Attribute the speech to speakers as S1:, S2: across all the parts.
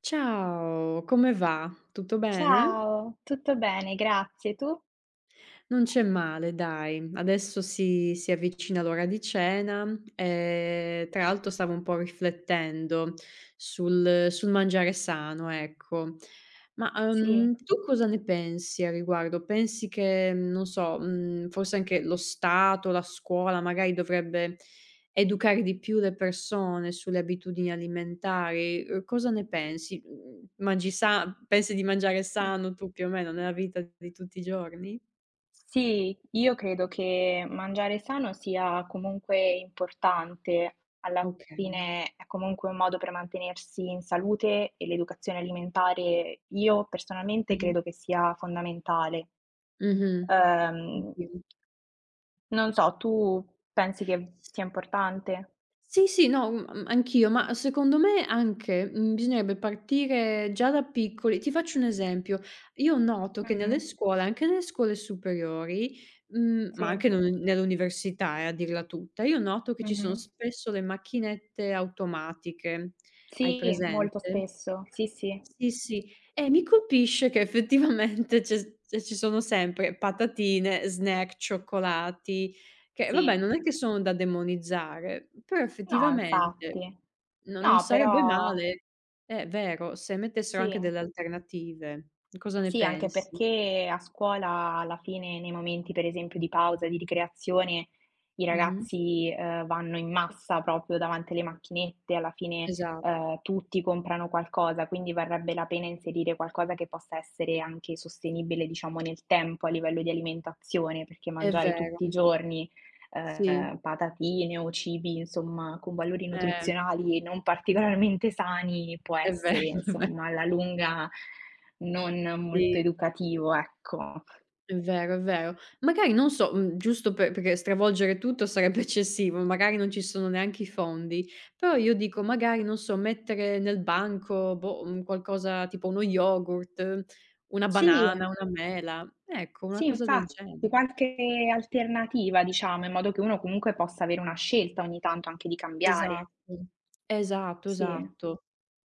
S1: Ciao, come va? Tutto bene?
S2: Ciao, tutto bene, grazie. Tu?
S1: Non c'è male dai. Adesso si avvicina l'ora di cena, tra l'altro stavo un po' riflettendo sul mangiare sano, ecco. Ma,
S2: Sì.
S1: tu cosa ne pensi a riguardo? Pensi che, non so, forse anche lo Stato, la scuola magari dovrebbe educare di più le persone sulle abitudini alimentari? Cosa ne pensi? Mhmm, mangi sa Pensi di mangiare
S2: mh.
S1: sano tu più o meno nella vita di tutti i giorni?
S2: Sì, io credo che mangiare sano sia comunque importante. Alla
S1: Okay.
S2: fine è comunque un modo per mantenersi in salute e l'educazione alimentare, io personalmente
S1: Mh-mh.
S2: credo che sia fondamentale.
S1: Mh-mh.
S2: Ehm,
S1: Anch'io.
S2: non so, tu pensi che
S1: S
S2: sia importante?
S1: Sì, sì, no, anch'io, ma secondo me anche, bisognerebbe partire già da piccoli. Ti faccio un esempio: io noto che nelle
S2: Mhm,
S1: scuole, anche nelle scuole superiori, ma
S2: sì.
S1: anche nell'università a dirla tutta, io noto che ci sono
S2: Mhm.
S1: spesso le macchinette automatiche. Hai
S2: Sì, molto
S1: presente?
S2: spesso. Sì, sì.
S1: Sì, sì. E mi colpisce che effettivamente c'è s cioè ci sono sempre patatine, snack, cioccolati, che vabbè non
S2: Sì.
S1: è che sono da demonizzare, però
S2: No,
S1: effettivamente
S2: infatti.
S1: no non
S2: No,
S1: sarebbe
S2: però
S1: male è vero, se mettessero anche
S2: sì.
S1: delle alternative. Cosa ne
S2: Sì, anche
S1: pensi?
S2: perché a scuola alla fine, nei momenti per esempio di pausa, di ricreazione, i
S1: Mh-mh.
S2: ragazzi, vanno in massa proprio davanti alle macchinette, alla fine,
S1: Esatto,
S2: tutti comprano qualcosa, quindi varrebbe la pena inserire qualcosa che possa essere anche sostenibile, diciamo, nel tempo a livello di alimentazione, perché
S1: è
S2: mangiare
S1: vero.
S2: tutti i giorni,
S1: Sì,
S2: patatine o cibi, insomma, con valori
S1: eh,
S2: nutrizionali non particolarmente sani può
S1: è vero,
S2: essere,
S1: è ve
S2: insomma, alla lunga, non molto
S1: sì.
S2: educativo, ecco.
S1: È vero, è vero. Magari non so, giusto perché stravolgere tutto sarebbe eccessivo, magari non ci sono neanche i fondi, però io dico magari, non so, mettere nel banco, boh, un qualcosa tipo uno yogurt, una
S2: Sì,
S1: banana, una mela, ecco, una
S2: sì
S1: cosa del
S2: infatti,
S1: genere.
S2: qualche alternativa diciamo, in modo che uno comunque possa avere una scelta ogni tanto anche di cambiare.
S1: Esatto, esatto,
S2: Sì,
S1: esatto.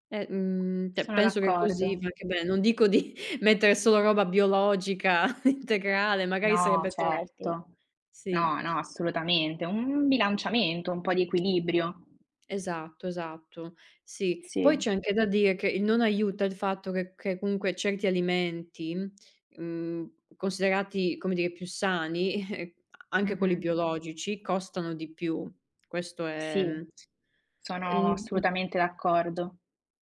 S1: Cioè
S2: sono
S1: penso che così
S2: d'accordo.
S1: va anche bene. Non dico di mettere solo roba biologica integrale, magari
S2: No,
S1: sarebbe troppo.
S2: certo.
S1: Sì.
S2: No, no, assolutamente. Un bilanciamento, un po' di equilibrio.
S1: Esatto, esatto. Sì. Poi
S2: Sì,
S1: c'è anche da dire che il non aiuta il fatto che comunque certi alimenti, mhmm, considerati, come dire, più sani, anche quelli
S2: mh-mh.
S1: biologici, costano di più. Questo è,
S2: Sì,
S1: ehm
S2: sono assolutamente d'accordo.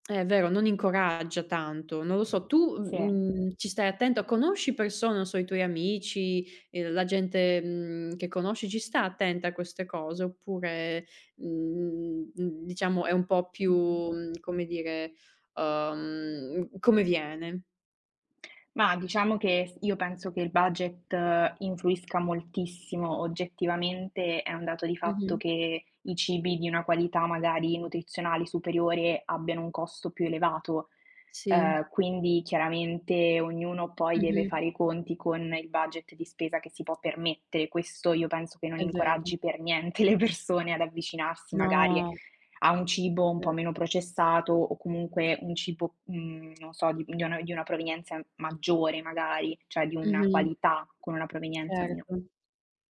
S1: è vero, non incoraggia tanto. Non lo so, tu,
S2: Sì.
S1: ci stai attento? Conosci persone, non so, i tuoi amici, la gente, che conosci, ci sta attenta a queste cose oppure, diciamo è un po' più,
S2: Mh-mh.
S1: come dire, come viene.
S2: Ma diciamo che s io penso che il budget influisca moltissimo. Oggettivamente è un dato di fatto
S1: Mh-mh.
S2: che i cibi di una qualità magari nutrizionale superiore abbiano un costo più elevato,
S1: Sì.
S2: quindi chiaramente ognuno poi deve
S1: Mh-mh.
S2: fare i conti con il budget di spesa che si può permettere. Questo io penso che non
S1: È vero.
S2: incoraggi per niente le persone ad avvicinarsi magari
S1: No,
S2: a un
S1: è
S2: cibo un po'
S1: vero.
S2: meno processato o comunque un cibo, non so, di una di una provenienza maggiore magari, cioè di una
S1: Mh-mh.
S2: qualità con una provenienza meno.
S1: Certo.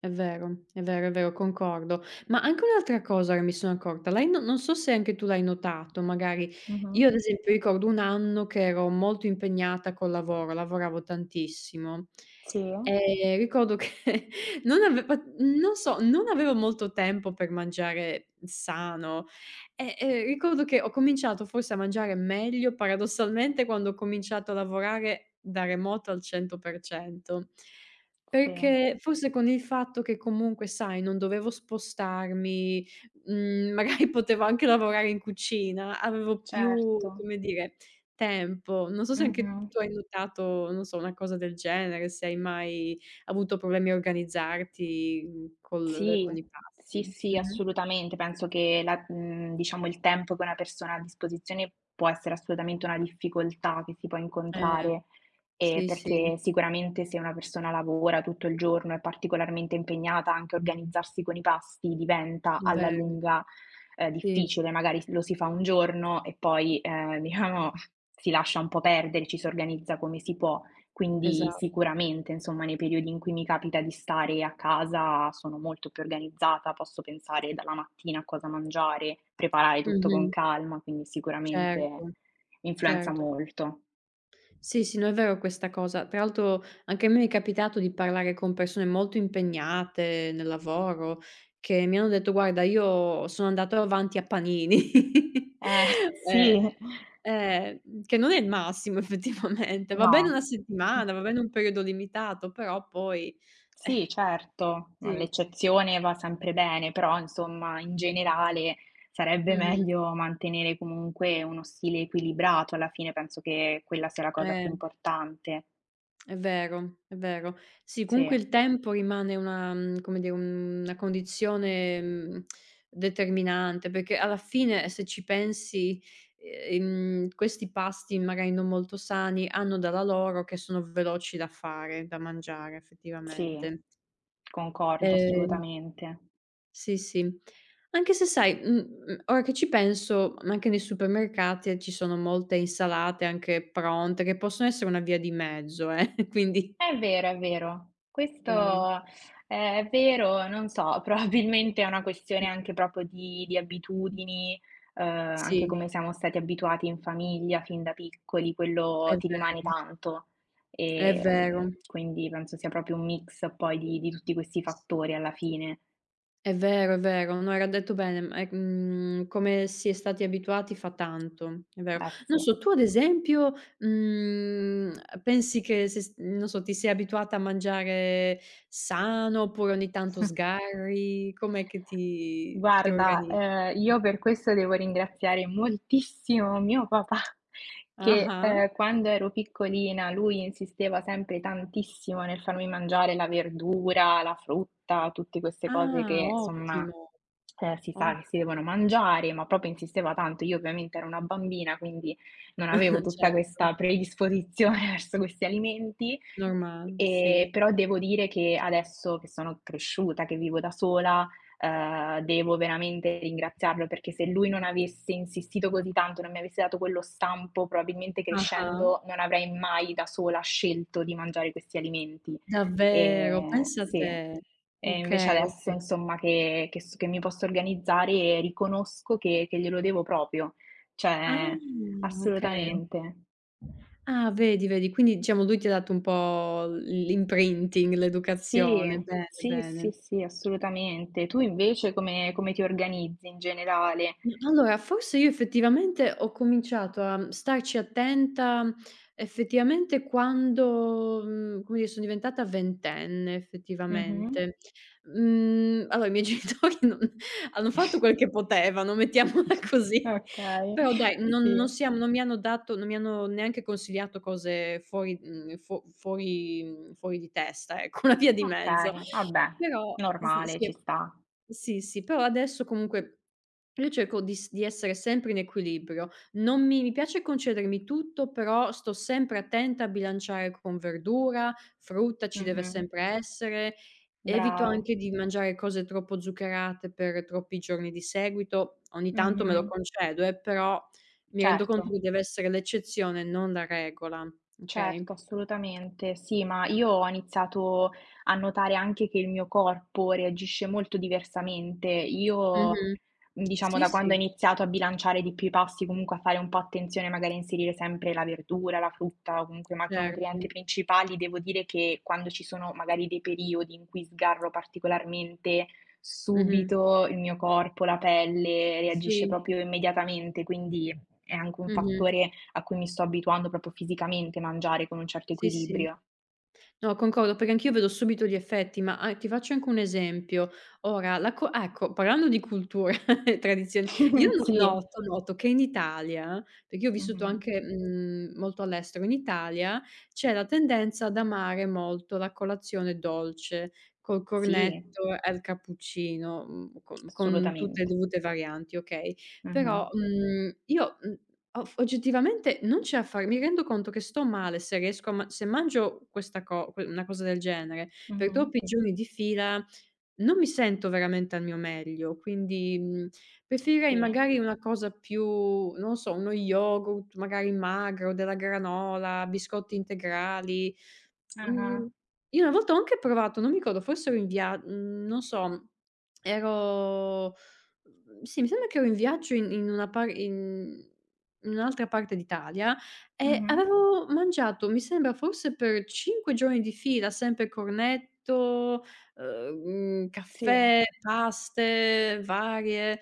S1: È vero, è vero, è vero, concordo. Ma anche un'altra cosa che mi sono accorta, lei no non so se anche tu l'hai notato, magari
S2: Mh-mh.
S1: io ad esempio ricordo un anno che ero molto impegnata col lavoro, lavoravo tantissimo
S2: Sì,
S1: e ricordo che non so, non avevo molto tempo per mangiare sano e, ricordo che ho cominciato forse a mangiare meglio paradossalmente quando ho cominciato a lavorare da remoto al 100%.
S2: sì,
S1: Perché forse con il fatto che comunque, sai, non dovevo spostarmi, mhmm, magari potevo anche lavorare in cucina, avevo
S2: certo.
S1: più, come dire, tempo. Non so se anche
S2: Mh-mh.
S1: tu hai notato, non so, una cosa del genere, se hai mai avuto problemi a organizzarti, col
S2: Sì,
S1: con i
S2: sì,
S1: pasti.
S2: sì,
S1: Mh-mh.
S2: assolutamente. Penso che la diciamo il tempo che una persona ha a disposizione può essere assolutamente una difficoltà che si può
S1: Eh,
S2: incontrare,
S1: sì, sì,
S2: perché sicuramente se una persona lavora tutto il giorno, è particolarmente impegnata, anche organizzarsi con i pasti diventa alla
S1: vero.
S2: lunga,
S1: Sì,
S2: difficile. Magari s lo si fa un giorno e poi, diciamo si lascia un po' perdere, ci si organizza come si può.
S1: esa
S2: Quindi sicuramente, insomma, nei periodi in cui mi capita di stare a casa sono molto più organizzata, posso pensare dalla mattina a cosa mangiare, preparare tutto con
S1: mh-mh.
S2: calma, quindi
S1: Certo,
S2: sicuramente influenza
S1: certo.
S2: molto.
S1: Sì, sì, no, è vero questa cosa. Tra l'altro anche a me mi è capitato di parlare con persone molto impegnate nel lavoro che mi hanno detto: "Guarda, io sono andato avanti a panini."
S2: Eh,
S1: Eh,
S2: sì.
S1: che non è il massimo effettivamente. Va bene
S2: No.
S1: una settimana, va bene un periodo limitato, però poi eh,
S2: Sì, certo, ma
S1: sì.
S2: l'eccezione va sempre bene, però insomma, in generale sarebbe
S1: Mh-mh.
S2: meglio mantenere comunque uno stile equilibrato, alla fine penso che quella sia la cosa più
S1: Eh.
S2: importante.
S1: È vero, è vero. Sì,
S2: Sì.
S1: comunque il tempo rimane una come dire, una condizione, determinante, perché alla fine se ci pensi, questi pasti magari non molto sani hanno dalla loro che sono veloci da fare, da mangiare
S2: Sì,
S1: effettivamente.
S2: concordo
S1: Ehm
S2: assolutamente.
S1: sì, sì. Anche se sai, ora che ci penso, anche nei supermercati ci sono molte insalate anche pronte, che possono essere una via di mezzo quindi
S2: È vero, è vero.
S1: vero.
S2: Questo è vero, non so, probabilmente è una questione
S1: Mh,
S2: anche proprio di
S1: mh.
S2: abitudini, anche
S1: Sì,
S2: come siamo stati abituati in famiglia fin da piccoli,
S1: è
S2: quello ti rimane
S1: vero,
S2: tanto.
S1: è vero.
S2: Quindi penso sia proprio un mix poi di tutti questi fattori alla fine.
S1: È vero, è vero. No, era detto bene, m è come si è stati abituati fa tanto, è vero.
S2: Eh
S1: Non
S2: sì.
S1: so, tu ad esempio, mhmm, pensi che se s non so, ti sei abituata a mangiare sano oppure ogni tanto sgarri? Com'è che ti
S2: Guarda,
S1: organizzi?
S2: io per questo devo ringraziare moltissimo mio papà che,
S1: Ah-ah.
S2: quando ero piccolina lui insisteva sempre tantissimo nel farmi mangiare la verdura, la frutta, tutte queste cose
S1: Ah,
S2: che insomma,
S1: ottimo,
S2: si sa che si
S1: ottimo.
S2: devono mangiare, ma proprio insisteva tanto. Io ovviamente ero una bambina, quindi non avevo tutta
S1: Certo,
S2: questa predisposizione verso questi alimenti.
S1: normale, sì.
S2: Però devo dire che adesso che sono cresciuta, che vivo da sola, devo veramente ringraziarlo, perché se lui non avesse insistito così tanto, non mi avesse dato quello stampo, probabilmente
S1: Ah-ah.
S2: crescendo non avrei mai da sola scelto di mangiare questi alimenti.
S1: Davvero? Pensa a
S2: Sì.
S1: te.
S2: E invece
S1: Okay,
S2: adesso
S1: okay.
S2: insomma che s che mi posso organizzare riconosco che glielo devo proprio,
S1: Ah,
S2: cioè
S1: okay, okay.
S2: assolutamente.
S1: Ah, vedi, vedi, quindi diciamo lui ti ha dato un po' l'imprinting,
S2: Sì,
S1: l'educazione. Bene,
S2: sì,
S1: bene.
S2: sì, sì, assolutamente. Tu invece come, come ti organizzi in generale?
S1: Ma allora, forse io effettivamente ho cominciato a starci attenta effettivamente quando, come dire, sono diventata ventenne
S2: Mh-mh.
S1: effettivamente. Allora i miei genitori non hanno fatto quel che potevano, mettiamola così,
S2: Okay,
S1: però dai,
S2: sì.
S1: non mi hanno neanche consigliato cose fuori mhmm, fuo fuori fuori di testa, ecco, una via di mezzo.
S2: Okay, vabbè,
S1: Però s
S2: normale, ci
S1: sì.
S2: sta.
S1: Sì, sì, però adesso comunque io cerco di s di essere sempre in equilibrio. Non mi piace concedermi tutto, però sto sempre attenta a bilanciare con verdura, frutta ci deve
S2: Mh-mh.
S1: sempre essere. Evito
S2: Brava.
S1: anche di mangiare cose troppo zuccherate per troppi giorni di seguito. Ogni tanto me lo
S2: Mh-mh.
S1: concedo, però mi rendo
S2: Certo.
S1: conto che deve essere l'eccezione, non la regola, okay?
S2: Certo, assolutamente. Sì, ma io ho iniziato a notare anche che il mio corpo reagisce molto diversamente. Io,
S1: Mh-mh.
S2: diciamo,
S1: Sì,
S2: da
S1: sì,
S2: quando ho iniziato a bilanciare di più i pasti, comunque a fare un po' attenzione, magari a inserire sempre la verdura, la frutta o comunque i macronutrienti
S1: certo.
S2: principali, devo dire che quando ci sono magari dei periodi in cui sgarro particolarmente,
S1: Mh-mh.
S2: subito il mio corpo, la pelle reagisce
S1: Sì.
S2: proprio immediatamente, quindi è anche un
S1: Mh-mh.
S2: fattore a cui mi sto abituando proprio fisicamente, mangiare con un certo
S1: Sì, sì.
S2: equilibrio.
S1: No, concordo, perché anch'io vedo subito gli effetti, ma a ti faccio anche un esempio. Ora, la co ecco, parlando di cultura e tradizioni, io n
S2: Sì.
S1: noto noto che in Italia, perché io ho vissuto
S2: Mh-mh.
S1: anche, molto all'estero, in Italia c'è la tendenza ad amare molto la colazione dolce, col
S2: Sì,
S1: cornetto e il cappuccino, con tutte le
S2: assolutamente.
S1: dovute varianti, okay,
S2: Mh-mh.
S1: però, mhmm, io, mhmm Of oggettivamente non c'è affa mi rendo conto che sto male se riesco a ma se mangio questa co que una cosa del genere per
S2: Mh-mh.
S1: troppi giorni di fila, non mi sento veramente al mio meglio, quindi, preferirei
S2: Sì.
S1: magari una cosa più non lo so, uno yogurt magari magro, della granola, biscotti integrali.
S2: Ah-ah.
S1: Mhmm, io una volta ho anche provato, non mi ricordo, forse ero in via mhmm, non so, ero mhmm, sì, mi sembra che ero in viaggio in in un'altra parte d'Italia e
S2: Mh-mh.
S1: avevo mangiato, mi sembra, forse per 5 giorni di fila, sempre cornetto,
S2: Sì,
S1: caffè, paste varie.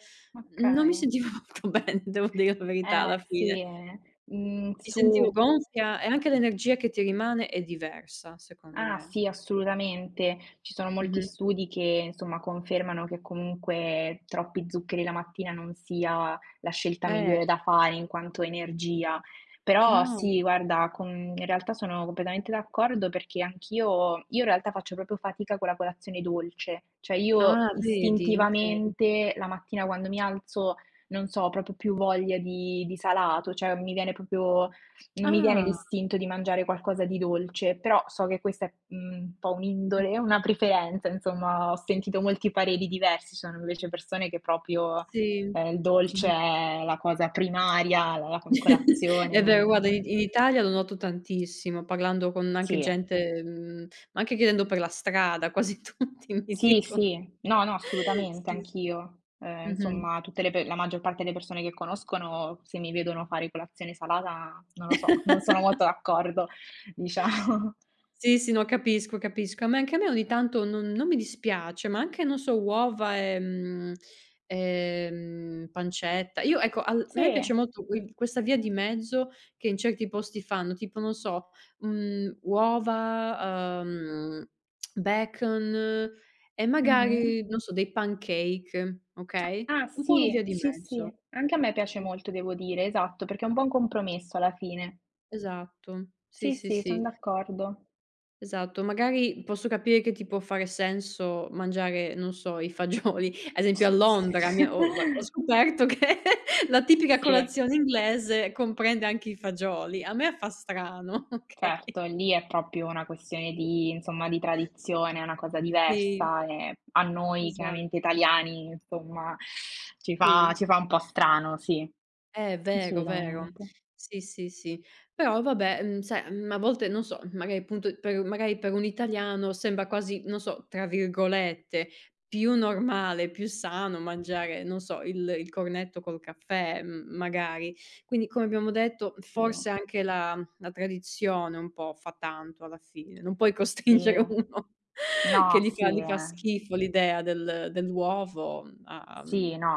S1: Non mi
S2: okay.
S1: sentivo molto bene, devo dire la verità alla fine.
S2: Sì, mhmm,
S1: Mi sentivo
S2: su
S1: gonfia e anche l'energia che ti rimane è diversa, secondo
S2: ah
S1: me.
S2: sì, assolutamente. Ci sono molti
S1: Mh-mh.
S2: studi che, insomma, confermano che comunque troppi zuccheri la mattina non sia la scelta
S1: Eh,
S2: migliore da fare in quanto energia. Però
S1: no.
S2: sì, guarda, con in realtà sono completamente d'accordo perché anch'io io in realtà faccio proprio fatica con la colazione dolce, cioè io
S1: Ah, vedi, okay.
S2: istintivamente la mattina quando mi alzo, non so, ho proprio più voglia di salato, cioè mi viene proprio non mi viene
S1: Ah.
S2: l'istinto di mangiare qualcosa di dolce, però so che questa è, un po'
S1: Mh.
S2: un'indole, una preferenza, insomma, ho sentito molti pareri diversi. Ci sono invece persone che proprio,
S1: Sì.
S2: il dolce
S1: Mh-mh.
S2: è la cosa primaria, la la co colazione,
S1: È
S2: non.
S1: vero, guarda in Italia lo noto tantissimo, parlando con anche
S2: Sì,
S1: gente, ma anche chiedendo per la strada, quasi tutti mi
S2: sì,
S1: dicono.
S2: sì. No, no, assolutamente,
S1: Sì, s
S2: anch'io.
S1: mh-mh.
S2: Insomma, tutte le pe la maggior parte delle persone che conoscono, se mi vedono fare colazione salata, non lo so, non sono molto d'accordo, diciamo.
S1: Sì, sì, no, capisco, capisco. A me anche a me ogni tanto non mi dispiace, ma anche, non so, uova e, pancetta. Io ecco, al a me piace
S2: Sì.
S1: molto quel questa via di mezzo che in certi posti fanno, tipo, non so, uova, bacon e
S2: Mh-mh.
S1: magari, non so, dei pancake, okay?
S2: Ah
S1: Un po' una via
S2: sì,
S1: di
S2: sì,
S1: mezzo.
S2: sì, anche a me piace
S1: Sì,
S2: molto devo dire, esatto, perché è un buon compromesso alla fine.
S1: esatto. Sì,
S2: Sì,
S1: sì,
S2: sì,
S1: sì.
S2: son d'accordo.
S1: Esatto, magari posso capire che ti può fare senso mangiare, non so, i fagioli. Ad esempio a Londra mi ho ho scoperto che la tipica
S2: Sì,
S1: colazione inglese comprende anche i fagioli. A me fa strano, okay.
S2: certo, lì è proprio una questione di insomma, di tradizione, è una cosa
S1: Sì,
S2: diversa e a noi
S1: esatto,
S2: chiaramente italiani, insomma, ci
S1: sì.
S2: fa ci fa un po' strano, sì,
S1: Vero, vero.
S2: assolutamente.
S1: Sì, sì, sì. Però vabbè, sai, a volte non so, magari per un italiano sembra quasi, non so, tra virgolette, "più normale", più sano mangiare, non so, il cornetto col caffè, magari. Quindi come abbiamo detto,
S2: Sì,
S1: forse anche la tradizione un po' fa tanto alla fine. Non puoi costringere
S2: sì.
S1: uno che
S2: No, sì,
S1: gli fa
S2: eh.
S1: schifo l'idea del dell'uovo a
S2: Sì, no,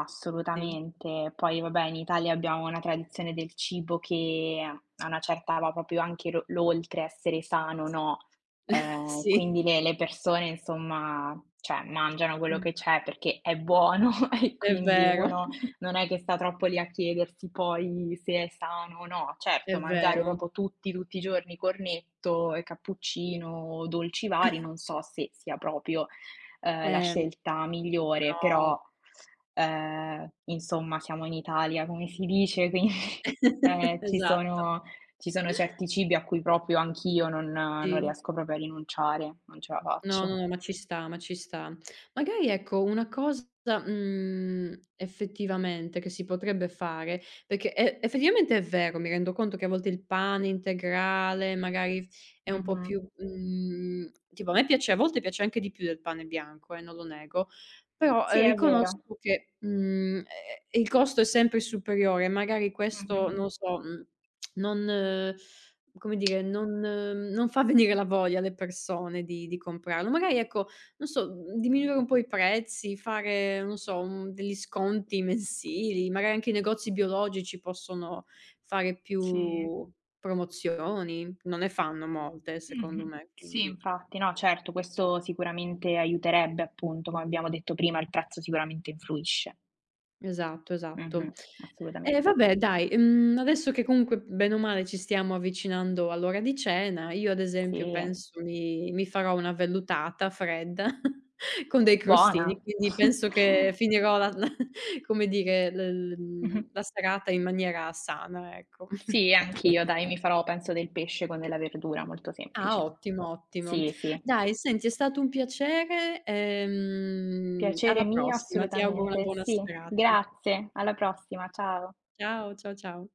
S1: sì.
S2: assolutamente. Poi vabbè, in Italia abbiamo una tradizione del cibo che a una certa va proprio anche l'oltre essere sano, no?
S1: Sì.
S2: Quindi le persone, insomma, cioè, mangiano quello
S1: Mh.
S2: che c'è perché è buono e
S1: È
S2: quindi
S1: vero,
S2: uno non è che sta troppo lì a chiedersi poi se è sano o no.
S1: è
S2: Certo, mangiare
S1: vero.
S2: proprio tutti i giorni cornetto e cappuccino, dolci vari, non so se sia proprio la
S1: Eh,
S2: scelta migliore,
S1: no.
S2: però, insomma siamo in Italia come si dice, quindi, ehm, ci
S1: Esatto,
S2: sono ci sono certi cibi a cui proprio anch'io non
S1: sì.
S2: riesco proprio a rinunciare, non ce la
S1: No,
S2: faccio.
S1: no, no, ma ci sta, ma ci sta. Magari ecco una cosa, effettivamente che si potrebbe fare, perché effettivamente è vero, mi rendo conto che a volte il pane integrale magari è un po'
S2: Mh-mh.
S1: più, tipo a me piace a volte piace anche di più del pane bianco, non lo nego, però,
S2: Sì, è vero.
S1: riconosco che, il costo è sempre superiore, magari questo
S2: Mh-mh.
S1: non so, non come dire, non fa venire la voglia alle persone di comprarlo. Magari ecco, non so, diminuire un po' i prezzi, fare, non so, un degli sconti mensili, magari anche i negozi biologici possono fare
S2: Sì.
S1: più promozioni, non ne fanno molte secondo
S2: Mh-mh.
S1: me,
S2: Sì,
S1: quindi
S2: infatti. No, certo, questo sicuramente aiuterebbe appunto, come abbiamo detto prima, il prezzo sicuramente influisce.
S1: esatto, esatto.
S2: Mh-mh,
S1: Eh
S2: assolutamente.
S1: vabbè dai, adesso che comunque bene o male ci stiamo avvicinando all'ora di cena, io ad esempio
S2: Sì,
S1: penso mi farò una vellutata fredda con dei
S2: buona.
S1: crostini, quindi penso che finirò la la come dire,
S2: Mh-mh.
S1: la serata in maniera sana, ecco.
S2: Sì, anch'io dai, mi farò penso del pesce con della verdura, molto
S1: Ah,
S2: semplice.
S1: ottimo, ottimo.
S2: Sì, sì.
S1: Dai senti è stato un piacere, alla
S2: Piacere mio
S1: prossima. Ti auguro una
S2: assolutamente,
S1: buona
S2: sì.
S1: serata.
S2: Grazie, alla prossima, ciao.
S1: Ciao, ciao, ciao.